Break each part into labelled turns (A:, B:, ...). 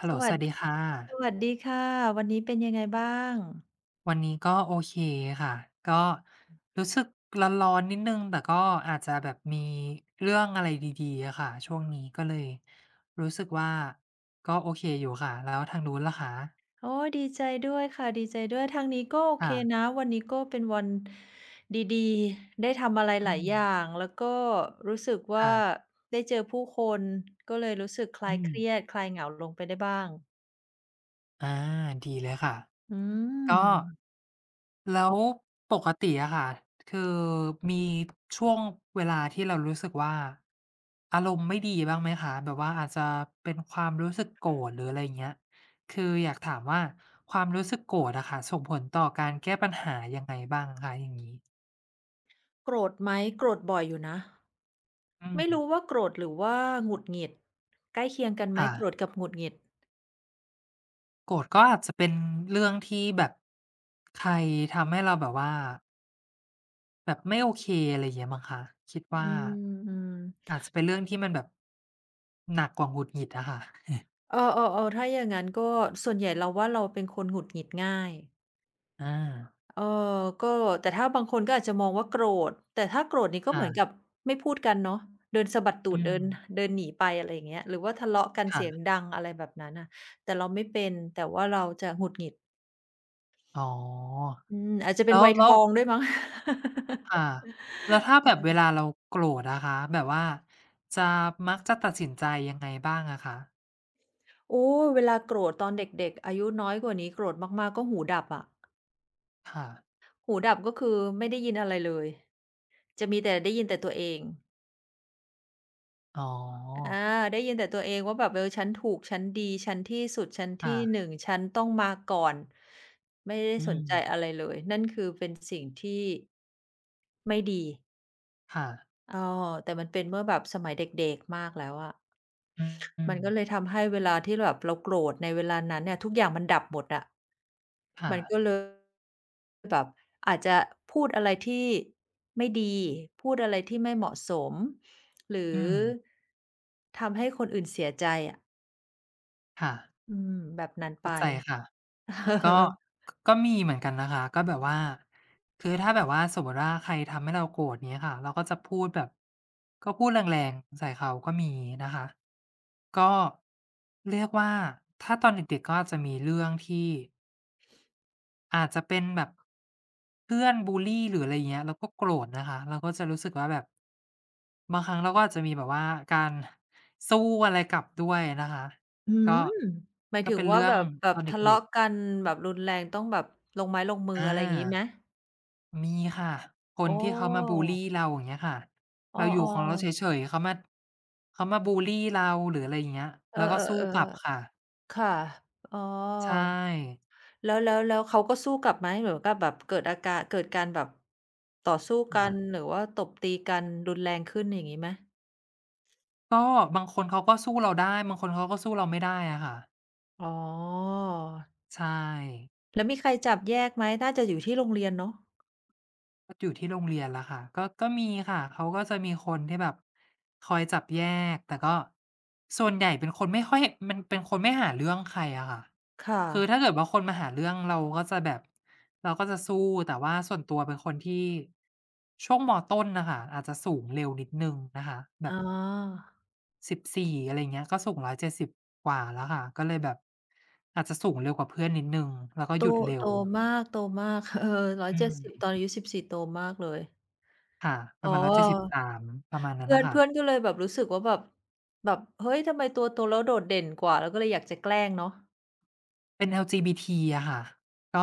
A: ฮัลโห
B: ส
A: ลส
B: วัส
A: วัส
B: ดี
A: ดีค่ะ
B: สวัสดีค่ะวันนี้เป็นยังไงบ้าง
A: วันนี้ก็โอเคค่ะ ก็รู้สึกร้อนๆนิดนึงแต่ก็อาจจะแบบมีเรื่องอะไรดีๆอะค่ะช่วงนี้ก็เลยรู้สึกว่าก็โอเคอยู่ค่ะ แล้วทางนู้นล่ะคะ
B: โอ้ดีใจด้วยค่ะดีใจด้วยทางนี้ก็โอเค
A: ค่ะ
B: นะวันนี้ก็เป็นวันดีๆได้ทำอะไร
A: อื
B: หลาย
A: ม
B: อย่างแล้วก็รู้สึกว่า
A: ค่ะ
B: ได้เจอผู้คนก็เลยรู้สึกค
A: อื
B: ลายเค
A: ม
B: รียดคลายเหงาลงไปได้บ้าง
A: อาดีเลยค่ะ
B: อื
A: ก็
B: ม
A: แล้วปกติอะค่ะคือมีช่วงเวลาที่เรารู้สึกว่าอารมณ์ไม่ดีบ้างไหมคะแบบว่าอาจจะเป็นความรู้สึกโกรธหรืออะไรอย่างเงี้ยคืออยากถามว่าความรู้สึกโกรธอะค่ะส่งผลต่อการแก้ปัญหายังไงบ้างคะอย่างงี้
B: โกรธไหมโกรธบ่อยอยู่นะ
A: อืม
B: ไม่รู้ว่าโกรธหรือว่าหงุดหงิดใกล้เคียงกันไหม
A: ค่ะ
B: โกรธกับหงุดหงิด
A: โกรธก็อาจจะเป็นเรื่องที่แบบใครทำให้เราแบบว่า แบบไม่โอเคอะไรอย่างเงี้ยมั้งคะคิดว่า
B: อืมๆ
A: อาจจะเป็นเรื่องที่มันแบบหนักกว่าหงุดหงิดอะค่ะ
B: เออๆถ้าอย่างงั้นก็ส่วนใหญ่เราว่าเราเป็นคนหงุดหงิดง่าย
A: อา
B: เออก็แต่ถ้าบางคนก็อาจจะมองว่าโกรธแต่ถ้าโกรธนี่ก็เหมือนกับ
A: ค่ะ
B: ไม่พูดกันเนาะเดินสะบัดตู
A: อื
B: ด
A: ม
B: เดินเดินหนีไปอะไรอย่างเงี้ยหรือว่าทะเลาะกันเสียง
A: ค่ะ
B: ดังอะไรแบบนั้นน่ะแต่เราไม่เป็นแต่ว่าเราจะหงุดหงิด
A: อ๋อ
B: อืมอาจจะเป็
A: แล้
B: น
A: ว
B: วัยท
A: แล้ว
B: องด้วยมั้ง
A: ค่ะแล้วถ้าแบ บเวลาเราโกรธอะคะแบบว่าจะมักจะตัดสินใจยังไงบ้างอะคะ
B: โอ้เวลาโกรธตอนเด็กๆอายุน้อยกว่านี้โกรธมากๆก็หูดับอะ
A: ค่ะ
B: หูดับก็คือไม่ได้ยินอะไรเลยจะมีแต่ได้ยินแต่ตัวเอง
A: อ๋
B: อา
A: อ
B: ได้ยินแต่ตัวเองว่าแบบเออฉันถูกฉันดีฉันที่สุดฉันที่ห
A: ค่ะ
B: นึ่งฉันต้องมาก่อนไม่ได้
A: อื
B: สน
A: ม
B: ใจอะไรเลยนั่นคือเป็นสิ่งที่ไม่ดี
A: ค่ะ
B: เออแต่มันเป็นเมื่อแบบสมัยเด็กๆมากแล้วอะ
A: อืม
B: มันก็เลยทำให้เวลาที่แบบเราโกรธในเวลานั้นเนี่ยทุกอย่างมันดับหมดอะ
A: ค่ะ
B: มันก็เลยอาจจะพูดอะไรที่ไม่ดีพูดอะไรที่ไม่เหมาะสมหรื
A: อื
B: อ
A: ม
B: ทำให้คนอื่นเสียใจอะ
A: ค่ะ
B: อืมแบบนั้นไป
A: เข้าใจค่ะ ก็ก็มีเหมือนกันนะคะก็แบบว่าคือถ้าแบบว่าสมมติว่าใครทำให้เราโกรธเงี้ยค่ะเราก็จะพูดแบบก็พูดแรงๆใส่เขาก็มีนะคะก็เรียกว่าถ้าตอนเด็กๆก็อาจจะมีเรื่องที่อาจจะเป็นแบบเพื่อนบุลลีหรืออะไรเงี้ยเราก็โกรธนะคะเราก็จะรู้สึกว่าแบบบางครั้งเราก็อาจจะมีแบบว่าการสู้อะไรกลับด้วยนะคะ
B: อื
A: ก็
B: มหมาย
A: ก็
B: ถึง
A: เป็น
B: ว่า
A: เรื่อ
B: แบ
A: ง
B: บแบ
A: ต
B: บ
A: อนเด
B: ทะ
A: ็ก
B: เลาะกั
A: ๆ
B: นแบบรุนแรงต้องแบบลงไม้ลงมือ
A: อา
B: อะไรอย่างงี้ไหม
A: มีค่ะคน
B: อ๋อ
A: ที่เขามาบูลลีเราอย่างเงี้ยค่ะ
B: อ้อ
A: เราอยู่ของเราเ
B: ๆ
A: ฉยๆเขามาเขามาบูลลีเราหรืออะไรอย่างเงี้ย
B: เออ
A: เราก็สู้กลับค่ะ
B: ๆๆค่ะอ๋อ
A: ใช่
B: แล้วแล้วแล้วเขาก็สู้กลับไหมหรือกับแบบเกิดอาการเกิดการแบบต่อสู้กัน
A: ค่ะ
B: หรือว่าตบตีกันรุนแรงขึ้นอย่างงี้ไหม
A: ก็บางคนเขาก็สู้เราได้บางคนเขาก็สู้เราไม่ได้อะค่ะ
B: อ๋อ
A: ใช่
B: แล้วมีใครจับแยกไหมน่าจะอยู่ที่โรงเรียนเนาะ
A: อยู่ที่โรงเรียนแล้วค่ะก็มีค่ะเขาก็จะมีคนที่แบบคอยจับแยกแต่ก็ส่วนใหญ่เป็นคนไม่ค่อยมันเป็นคนไม่หาเรื่องใครอะค่ะ
B: ค่ะ
A: คือถ้าเกิดว่าคนมาหาเรื่องเราก็จะแบบเราก็จะสู้แต่ว่าส่วนตัวเป็นคนที่ช่วงมต้นน่ะค่ะอาจจะสูงเร็วนิดหนึ่งนะคะแบ
B: อ๋
A: บ
B: อ
A: 14อะไรอย่างเงี้ยก็สูง170กว่าแล้วค่ะก็เลยแบบอาจจะสูงเร็วกว่าเพื่อนนิดหนึ่งแล้วก็
B: โต
A: หยุดเร็
B: โต
A: ว
B: มากโตมาก เออร้อย
A: อื
B: เจ็ดสิบตอ
A: ม
B: นอายุ14โตมากเลย
A: ค่ะป
B: อ๋
A: ระมาณร้อยเจ็ดสบ
B: อ
A: สามประมาณนั้น
B: เพื่อ
A: น่ะ
B: น
A: ค่ะ
B: เพื่อนก็เลยแบบรู้สึกว่าแบบแบบเฮ้ยทำไมตัวโตแล้วโดดเด่นกว่าเราก็เลยอยากจะแกล้งเนาะ
A: เป็น LGBT อลจีบีทีอะค่ะก็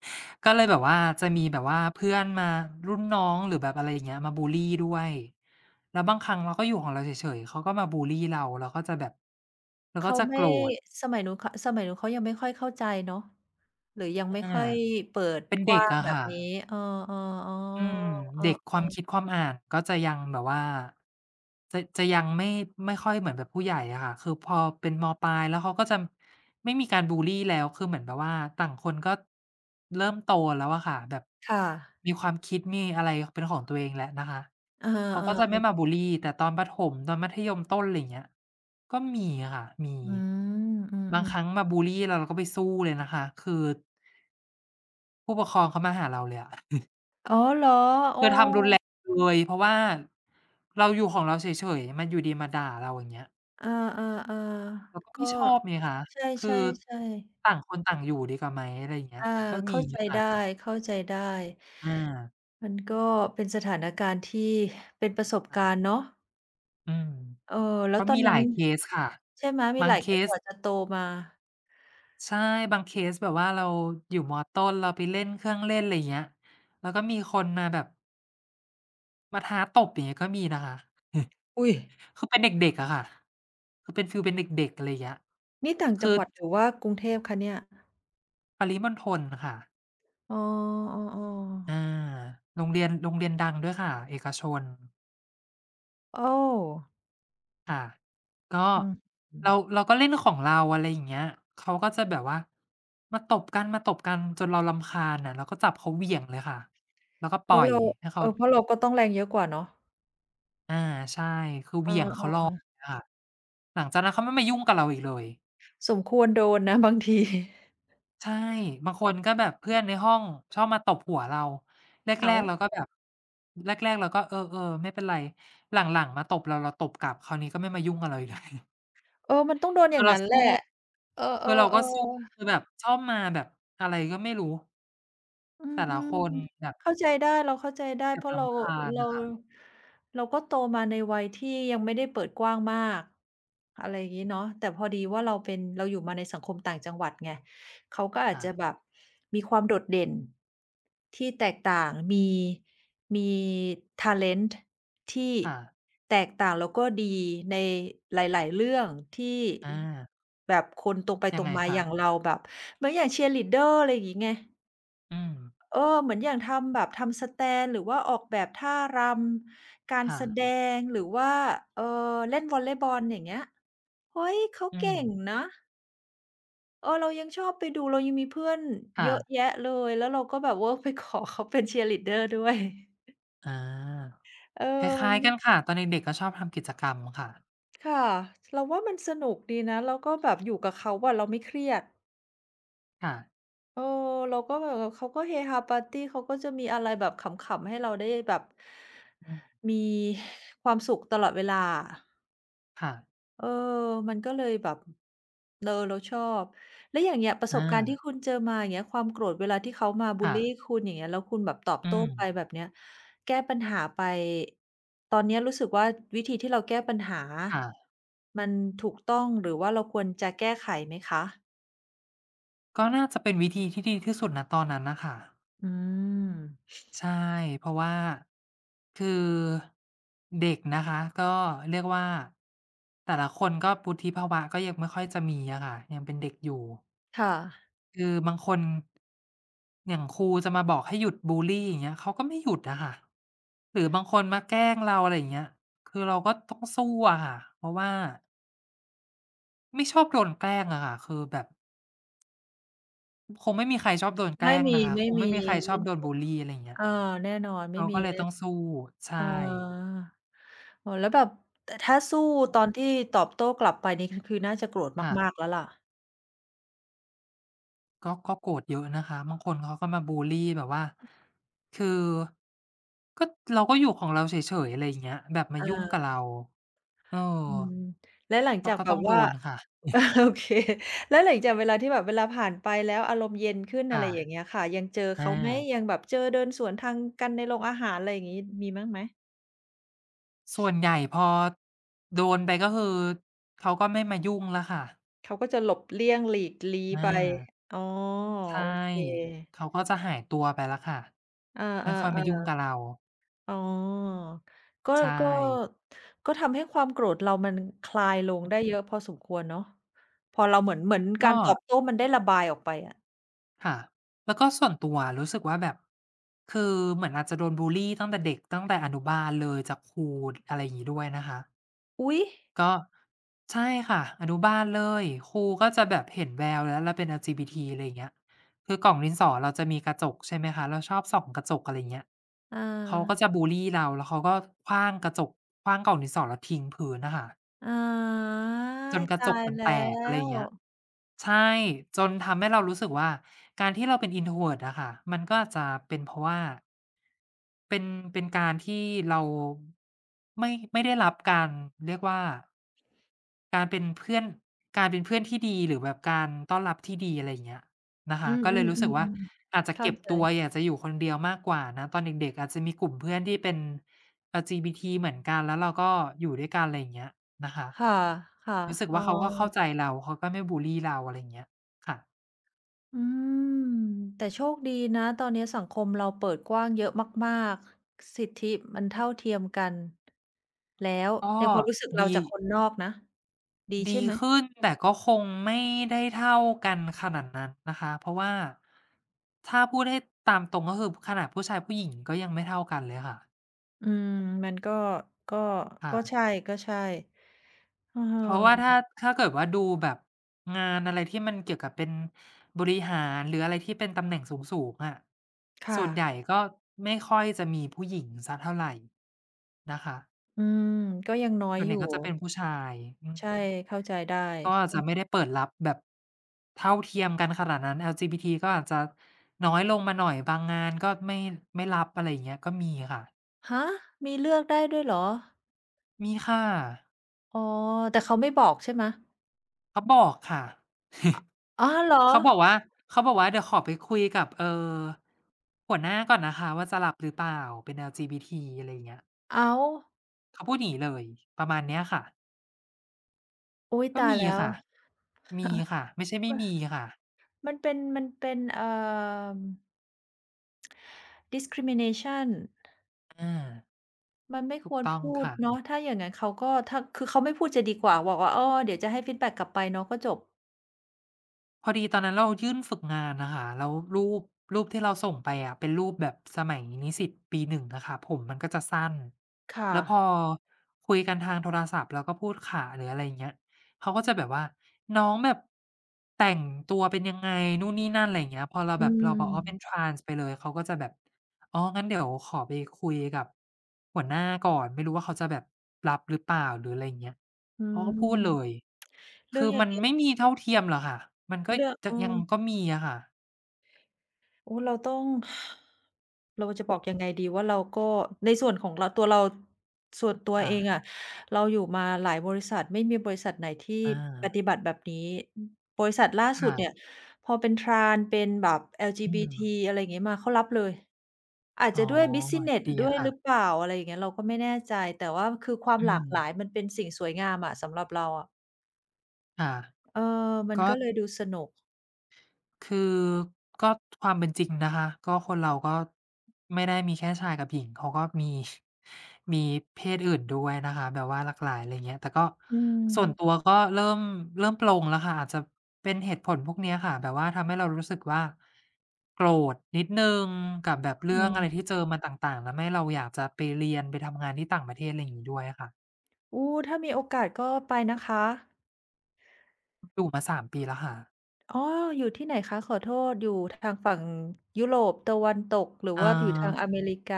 A: ก็เลยแบบว่าจะมีแบบว่าเพื่อนมารุ่นน้องหรือแบบอะไรอย่างเงี้ยมาบูลลีด้วย แล้วบางครั้งเราก็อยู่ของเราเฉยๆ เขาก็มาบูลลีเราเราก็จะแบบเราก็
B: เขา
A: จะโก
B: ไม่
A: รธ
B: สมัยนู้นขสมัยนู้นเขายังไม่ค่อยเข้าใจเนาะหรือยังไม่
A: อา
B: ค่อยเปิด
A: เป็น
B: ก
A: เด็ก
B: ว้าง
A: อะ
B: แบบ
A: ค่ะ
B: นี้เออๆอ๋อ
A: อืม
B: เอ
A: เด็กค
B: อ
A: วามคิดความอ่านก็จะยังแบบว่าจะยังไม่ไม่ค่อยเหมือนแบบผู้ใหญ่อะค่ะคือพอเป็นมปลายแล้วเขาก็จะไม่มีการบูลลีแล้วคือเหมือนแบบว่าต่างคนก็เริ่มโตแล้วอะค่ะแบบ
B: ค่ะ
A: มีความคิดมีอะไรเป็นของตัวเองแล้วนะคะ
B: เออ
A: เขาก็จะไม่มา
B: ๆ
A: บุลลีแต่ตอนประถมตอนมัธยมต้นอะไรอย่างเงี้ยก็มีอะค่ะมี
B: ๆอืมอื
A: บางค
B: ม
A: รั้งมาบูลลีเราเราก็ไปสู้เลยนะคะคือผู้ปกครองเขามาหาเราเลยอะ
B: ๆอ๋อเหรอโอ้
A: คือทำรุนแรงเลยเพราะว่าเราอยู่ของเราเฉยๆมันอยู่ดีมาด่าเราอย่างเงี้ย
B: เออๆ
A: เราก็
B: ๆ
A: ไม่
B: ก็
A: ชอบไงคะ
B: ใ
A: คื
B: ช
A: อ
B: ่ๆ
A: ต่า
B: ๆ
A: งคนต่างอยู่ดีกว่าไหมอะไรอย่างเงี้ย
B: อาา
A: ก็มี
B: เข้าใจ
A: ค่ะ
B: ได้เข้าใจได้
A: อา
B: มันก็เป็นสถานการณ์ที่เป็นประสบการ
A: ค่ะ
B: ณ์เนาะ
A: อืม
B: เออแล้ว
A: ก็
B: ตอน
A: มีห
B: นั้
A: ลา
B: น
A: ยเคสค่ะ
B: ใช่ไหมมีหลายกกว่าจะโตมา
A: ใช่บางเคสแบบว่าเราอยู่มต้นเราไปเล่นเครื่องเล่นไรเงี้ยแล้วก็มีคนมาแบบมาท้าตบอย่างเงี้ยก็มีนะคะ
B: อุ๊ย
A: คือเป็นเด็กๆอะค่ะคือเป็นฟีลเป็นเด็กๆอะไรเงี้ย
B: นี่ต่างจั
A: คื
B: ง
A: อ
B: หวัดหรือว่ากรุงเทพคะเนี่ย
A: ปริมณฑลค่ะ
B: อ๋อ
A: อา
B: ๆๆ
A: โรงเรียนดังด้วยค่ะเอกชน
B: โอ้
A: ค่ะก็
B: อืออืม
A: เราก็เล่นของเราอะไรอย่างเงี้ยเขาก็จะแบบว่ามาตบกันจนเรารำคาญน่ะเราก็จับเขาเหวี่ยงเลยค่ะแล้วก็ป
B: เพ
A: ล่อ
B: ราะ
A: ย
B: เรา
A: ให้เขา
B: เออเพราะเราก็ต้องแรงเยอะกว่าเนาะ
A: อาใช่คือเห
B: เอ
A: วี่ยงเขาลอ
B: อ
A: ยอะค่ะหลังจากนั้นเขาไม่มายุ่งกับเราอีกเลย
B: ๆสมควรโดนนะบางที
A: ใช่บางคนก็แบบเพื่อนในห้องชอบมาตบหัวเราแร
B: อ้าว
A: กๆเราก็แบบแรกๆเราก็เออๆไม่เป็นไรหลังๆมาตบเราเราตบกลับคราวนี้ก็ไม่มายุ่งกับเราอีกเลย
B: เออมันต้องโดนอ
A: คื
B: ย่า
A: อ
B: ง
A: เรา
B: งั้นแหละ
A: สู้
B: เอ
A: คือเรา
B: อ
A: ก็สู้
B: ๆๆ
A: คือแบบชอบมาแบบอะไรก็ไม่รู้
B: อื
A: แต่ละ
B: ม
A: คนแบบ
B: ๆเข้าใจได้เราเข้าใจได้
A: แบ
B: เพ
A: บ
B: ราะเรา
A: รำคาญ
B: เรา
A: น่ะ
B: เราก็โตมาในวัยที่ยังไม่ได้เปิดกว้างมากอะไรอย่างงี้เนาะแต่พอดีว่าเราเป็นเราอยู่มาในสังคมต่างจังหวัดไงเขาก็อาจ
A: ค่ะ
B: จะแบบมีความโดดเด่นที่แตกต่างมีมีทิเล้นต์ที่
A: ค่ะ
B: แตกต่างแล้วก็ดีในหลายๆเรื่องที่
A: อา
B: แบบคนตรงไป
A: ยั
B: ต
A: ง
B: รง
A: ไง
B: มาอย่าง
A: คะ
B: เราแบบเหมือนอย่าง cheerleader อะไรอย่างงี้ไง
A: อืม
B: เออเหมือนอย่างทำแบบทำสแตนหรือว่าออกแบบท่ารำการ
A: ค่ะ
B: แสดงหรือว่าเอ่อเล่นวอลเลย์บอลอย่างเงี้ยเฮ้ยเขา
A: อืม
B: เก่งนะเออเรายังชอบไปดูเรายังมีเพื่อนเย
A: ค่ะ
B: อะแยะเลยแล้วเราก็แบบเวิร์ก ไปขอเขาเป็น cheerleader ด้วย
A: อา
B: เออ
A: ค
B: มั
A: ล้า
B: น
A: ยๆกันค่ะตอนเด็กๆก็ชอบทำกิจกรรมค่ะ
B: ค่ะเราว่ามันสนุกดีนะแล้วก็แบบอยู่กับเขาอะเราไม่เครียด
A: ค่ะ
B: เออเราก็แบบว่าเขาก็เฮฮาปาร์ตีเขาก็จะมีอะไรแบบขำๆให้เราได้แบบ
A: อืม
B: มีความสุขตลอดเวลาอะ
A: ค่ะ
B: เออมันก็เลยแบบเราเราชอบแล้วอย่างเงี้ยประส
A: อา
B: บการณ์ที่คุณเจอมาอย่างเงี้ยความโกรธเวลาที่เขามาบุล
A: ค่ะ
B: ลีคุณอย่างเงี้ยแล้วคุณแบบตอบ
A: อื
B: โต้
A: ม
B: ไปแบบเนี้ยแก้ปัญหาไปตอนเนี้ยรู้สึกว่าวิธีที่เราแก้ปัญหา
A: ค่ะ
B: มันถูกต้องหรือว่าเราควรจะแก้ไขไหมคะ
A: ก็น่าจะเป็นวิธีที่ดีที่สุดณตอนนั้นน่ะค่ะ
B: อืม
A: ใช่เพราะว่าคือเด็กนะคะก็เรียกว่าแต่ละคนก็วุฒิภาวะก็ยังไม่ค่อยจะมีอะค่ะยังเป็นเด็กอยู่
B: ค่ะ
A: คือบางคนอย่างครูจะมาบอกให้หยุดบุลลีอย่างเงี้ยเขาก็ไม่หยุดอะค่ะหรือบางคนมาแกล้งเราอะไรอย่างเงี้ยคือเราก็ต้องสู้อะค่ะเพราะว่าไม่ชอบโดนแกล้งอะค่ะคือแบบคงไม่มีใครชอบโดนแก
B: ไม่
A: ล้ง
B: มี
A: นะคะค
B: ไม่
A: ง
B: มี
A: ไม่มีใครชอ
B: ไม่
A: บโดนบุลลีอะไรอย่างเงี้
B: เอ
A: ย
B: อแน่นอนไม่
A: เรา
B: มี
A: ก็เลย
B: แน่
A: ต้อง
B: นอน
A: สู้
B: เอ
A: ใช่
B: ออ๋อแล้วแบบแต่ถ้าสู้ตอนที่ตอบโต้กลับไปนี่คือคือน่าจะโกรธ
A: ค่ะ
B: มากๆแล้วล่ะ
A: ก็โกรธเยอะนะคะบางคนเขาก็มาบุลลีแบบว่าคือก็เราก็อยู่ของเราเฉยๆอะไรอย่างเงี้ยแบบมา
B: อา
A: ยุ่งกับเราเออ
B: อืมแล้วหลัง
A: ก็
B: จาก
A: ก็
B: แบ
A: ต้อ
B: บ
A: งโด
B: ว่า
A: นค่ะ
B: เออโอเคแล้วหลังจากเวลาที่แบบเวลาผ่านไปแล้วอารมณ์เย็นขึ้นอะไร
A: ค่ะ
B: อย่างเงี้ยค่ะยังเจอ
A: อา
B: เขาไหมยังแบบเจอเดินสวนทางกันในโรงอาหารอะไรอย่างงี้มีบ้างไหม
A: ส่วนใหญ่พอโดนไปก็คือเขาก็ไม่มายุ่งแล้วค่ะ
B: เขาก็จะหลบเลี่ยงหลีกลี้ไป
A: อา
B: อ๋อ
A: ใช่
B: โอเค
A: เขาก็จะหายตัวไปแล้วค่ะ
B: เออ
A: ไม่ค่อยมายุ่ง
B: ๆๆ
A: กับเรา
B: อ๋อก็
A: ใช่
B: ก็ก็ทำให้ความโกรธเรามันคลายลงได้เยอะพอสมควรเนาะพอเราเหมือนกา
A: ก็
B: รตอบโต้มันได้ระบายออกไปอะ
A: ค่ะแล้วก็ส่วนตัวรู้สึกว่าแบบคือเหมือนอาจจะโดนบูลลีตั้งแต่เด็กตั้งแต่อนุบาลเลยจากครูอะไรอย่างงี้ด้วยนะคะ
B: อุ๊ย
A: ก็ใช่ค่ะอนุบาลเลยครูก็จะแบบเห็นแววแล้วเราเป็น LGBT อะไรอย่างเงี้ยคือกล่องดินสอเราจะมีกระจกใช่ไหมคะเราชอบส่องกระจกอะไรอย่างเงี้ย
B: อา
A: เขาก็จะบูลลีเราแล้วเขาก็ขว้างกระจกขว้างกล่องดินสอแล้วทิ้งพื้นน่ะค่ะ
B: อา
A: จนกระจ
B: ตา
A: ก
B: ย
A: มัน
B: แล้
A: แตกอะไรอ
B: ว
A: ย่างเงี้ยใช่จนทำให้เรารู้สึกว่าการที่เราเป็น introvert อะค่ะมันก็อาจจะเป็นเพราะว่า เป็นการที่เราไม่ได้รับการเรียกว่าการเป็นเพื่อนการเป็นเพื่อนที่ดีหรือแบบการต้อนรับที่ดีอะไรอย่างเงี้ยนะ
B: อื
A: คะ
B: ม
A: ก็เลยรู้สึกว่า
B: ๆๆ
A: อาจ
B: ๆ
A: จะ
B: เข้า
A: เก็บ
B: ใจ
A: ตัวอยากจะอยู่คนเดียวมากกว่านะตอนเด็กๆอาจจะมีกลุ่มเพื่อนที่เป็น LGBT เหมือนกันแล้วเราก็อยู่ด้วยกันอะไรอย่างเงี้ยนะคะ
B: ค่ะ
A: รู้สึก
B: ๆอ๋อ
A: ว่าเขาก็เข้าใจเราเขาก็ไม่บุลลีเราอะไรอย่างเงี้ยค่ะ
B: อืมแต่โชคดีนะตอนนี้สังคมเราเปิดกว้างเยอะมากๆสิทธิมันเท่าเทียมกันแล้ว
A: ก็
B: ในความรู้สึกเรา
A: ดี
B: จากคนนอกนะดีใช่
A: ดี
B: ไหม
A: ขึ้นแต่ก็คงไม่ได้เท่ากันขนาดนั้นนะคะเพราะว่าถ้าพูดให้ตามตรงก็คือขนาดผู้ชายผู้หญิงก็ยังไม่เท่ากันเลยค่ะ
B: อืมมันก็ก็ก็ใช่
A: ค่ะ
B: ก็ใช่เ
A: เพราะว่า
B: ออ
A: ถ้าเกิดว่าดูแบบงานอะไรที่มันเกี่ยวกับเป็นบริหารหรืออะไรที่เป็นตำแหน่งสูงๆอะส่
B: ค่ะ
A: วนใหญ่ก็ไม่ค่อยจะมีผู้หญิงสักเท่าไรนะคะ
B: อืมก็ยังน้อย
A: ส่วนให
B: อ
A: ญ่
B: ยู่
A: ก็จะเป็นผู้ชายอืม
B: ใช่เข้าใจได้
A: ก็อาจจะไม่ได้เปิดรับแบบเท่าเทียมกันขนาดนั้น LGBT ก็อาจจะน้อยลงมาหน่อยบางงานก็ไม่รับอะไรอย่างเงี้ยก็มีค่ะ
B: ฮะมีเลือกได้ด้วยเหรอ
A: มีค่ะ
B: อ๋อแต่เขาไม่บอกใช่ไหม
A: เขาบอกค่ะ
B: อ๋อเหร อ
A: เขาบอกว่าเขาบอกว่าเดี๋ยวขอไปคุยกับหัวหน้าก่อนนะคะว่าจะรับหรือเปล่าเป็น LGBT" อะไรอย่างเงี้ย
B: อ้าว
A: เขาพูดอย่างงี้เลยประมาณเนี้ยค่ะ
B: อุ๊ย
A: ก็
B: ตาย
A: มี
B: แล้ว
A: ค่ะมีค่ะไม่ใช่ไม่มี ค่ะ
B: มันเป็นdiscrimination
A: อา
B: มันไม่
A: ถู
B: ค
A: ก
B: วร
A: ต้อง
B: พูด
A: ค่ะ
B: เนาะถ้าอย่างงั้นเขาก็ถ้าคือเขาไม่พูดจะดีกว่าบอกว่าอ้อเดี๋ยวจะให้ฟีดแบ็กกลับไปเนาะก็จบ
A: พอดีตอนนั้นเรายื่นฝึกงานนะคะแล้วรูปที่เราส่งไปอะเป็นรูปแบบสมัยนิสิตปีหนึ่งนะค่ะผมมันก็จะสั้น
B: ค่ะ
A: แล้วพอคุยกันทางโทรศัพท์แล้วก็พูดขะหรืออะไรเงี้ยเขาก็จะแบบว่าน้องแบบแต่งตัวเป็นยังไงนู่นนี่นั่นอะไรเงี้ยพอเรา
B: อื
A: แบบเราบ
B: ม
A: อกว่าเป็น trans ไปเลยเขาก็จะแบบ อ๋องั้นเดี๋ยวขอไปคุยกับหัวหน้าก่อน ไม่รู้ว่าเขาจะแบบรับหรือเปล่าหรืออะไรอย่างเงี้ย
B: อื
A: เขา
B: ม
A: ก็พูดเลย
B: เรื่อ
A: คื
B: ง
A: อ
B: อย่าง
A: มัน
B: เงี้ย
A: ไม่มีเท่าเทียมหรอกค่ะ มันก็
B: เรื่อง
A: จะ
B: เอ
A: ยั
B: อ
A: งก็มีอะค่ะ
B: โอ้เราต้อง เราจะบอกยังไงดีว่าเราก็ในส่วนของเราตัวเราส่วนตัว
A: ค่ะ
B: เองอะเราอยู่มาหลายบริษัทไม่มีบริษัทไหนที่
A: อา
B: ปฏิบัติแบบนี้บริษัทล่าสุดเนี่ย
A: ค่ะ
B: พอเป็นทรานเป็นแบบ
A: อื
B: LGBT
A: ม
B: อะไรอย่างงี้มาเขารับเลยอาจ
A: อ๋อ
B: จะด้วย Business
A: ดี
B: ด้วยหรือเป
A: ค่ะ
B: ล่าอะไรอย่างเงี้ยเราก็ไม่แน่ใจแต่ว่าคือความ
A: อื
B: หลาก
A: ม
B: หลายมันเป็นสิ่งสวยงามอะสำหรับเราอะ
A: ค่ะ
B: เออมัน
A: ก็
B: ก็เลยดูสนุก
A: คือก็ความเป็นจริงนะคะก็คนเราก็ไม่ได้มีแค่ชายกับหญิงเขาก็มี มีเพศอื่นด้วยนะคะแบบว่าหลากหลายอะไรเงี้ยแต่ก็
B: อื
A: ส่วนตัว
B: ม
A: ก็เริ่มปลงแล้วค่ะอาจจะเป็นเหตุผลพวกเนี้ยค่ะแบบว่าทำให้เรารู้สึกว่าโกรธนิดนึงกับแบบ
B: อื
A: เรื่องอะไรที่
B: ม
A: เจอมาต่างๆแล้วไม่เราอยากจะไปเรียนไปทำงานที่ต่างประเทศอะไรอย่างงี้ด้วยค่ะ
B: โอ้ถ้ามีโอกาสก็ไปนะคะ
A: อยู่มา3ปีแล้วค่ะ
B: อ๋ออยู่ที่ไหนคะ ขอโทษ อยู่ทางฝั่งยุโรปตะวันตกหรือ
A: เอ่อ
B: ว่าอยู่ทางอเมริกา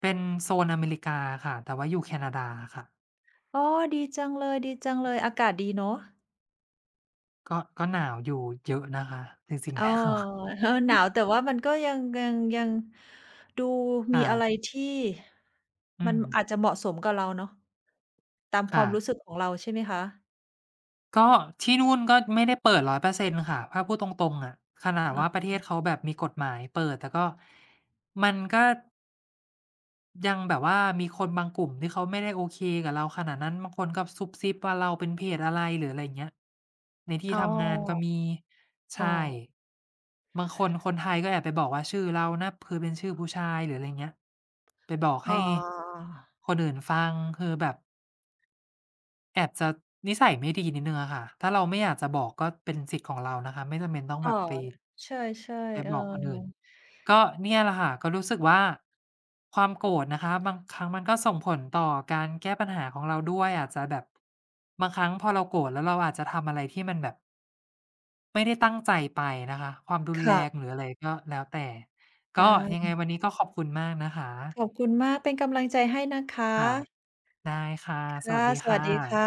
A: เป็นโซนอเมริกาค่ะแต่ว่าอยู่แคนาดาค่ะ
B: อ๋อดีจังเลยดีจังเลย อากาศดีเนาะ
A: ก็หนาวอยู่เยอะนะคะจริง
B: เอ
A: ๆ
B: อ
A: แล้ว
B: เอ อหนาวแต่ว่ามันก็ยังดูมี
A: ค่ะ
B: อะไรที่
A: อื
B: มัน
A: ม
B: อาจจะเหมาะสมกับเราเนาะตามค
A: ค่ะ
B: วามรู้สึกของเราใช่ไหมคะ
A: ก็ที่นู่นก็ไม่ได้เปิด100%ค่ะถ้าพูดตรงๆอะขนาดว่าประ
B: อา
A: เทศเขาแบบมีกฎหมายเปิดแต่ก็มันก็ ยังแบบว่ามีคนบางกลุ่มที่เขาไม่ได้โอเคกับเราขนาดนั้นบางคนก็ซุบซิบว่าเราเป็นเพศอะไรหรืออะไรอย่างเงี้ยในที่
B: อ๋อ
A: ทำงานก็มี
B: อ๋อ
A: ใช่บางคนคนไทยก็แอบไปบอกว่าชื่อเรานะคือเป็นชื่อผู้ชายหรืออะไรเงี้ยไปบอก
B: อ๋
A: ให้
B: อ
A: คนอื่นฟังคือแบบ แอบจะนิสัยไม่ดีนิดหนึ่งอะค่ะถ้าเราไม่อยากจะบอกก็เป็นสิทธิ์ของเรานะคะไม่จำเป็นต้อง
B: อ๋
A: แบ
B: อ
A: บไป
B: ใช่ๆเออ
A: บอกคนอื่นก็เนี่ยแหละค่ะก็รู้สึกว่าความโกรธนะคะบางครั้งมันก็ส่งผลต่อการแก้ปัญหาของเราด้วย อาจจะแบบบางครั้งพอเราโกรธแล้วเราอาจจะทำอะไรที่มันแบบไม่ได้ตั้งใจไปนะคะความรุนแร
B: ค่ะ
A: งหรืออะไรก็แล้วแต่
B: ได
A: ก็ยังไง
B: ้
A: วันนี้ก็ขอบคุณมากนะคะ
B: ขอบคุณมากเป็นกำลังใจให้นะคะ
A: ค่ะได้ค่ะสวั
B: ค่ะ
A: สดี
B: สวัส
A: ค่ะ
B: ดีค่ะ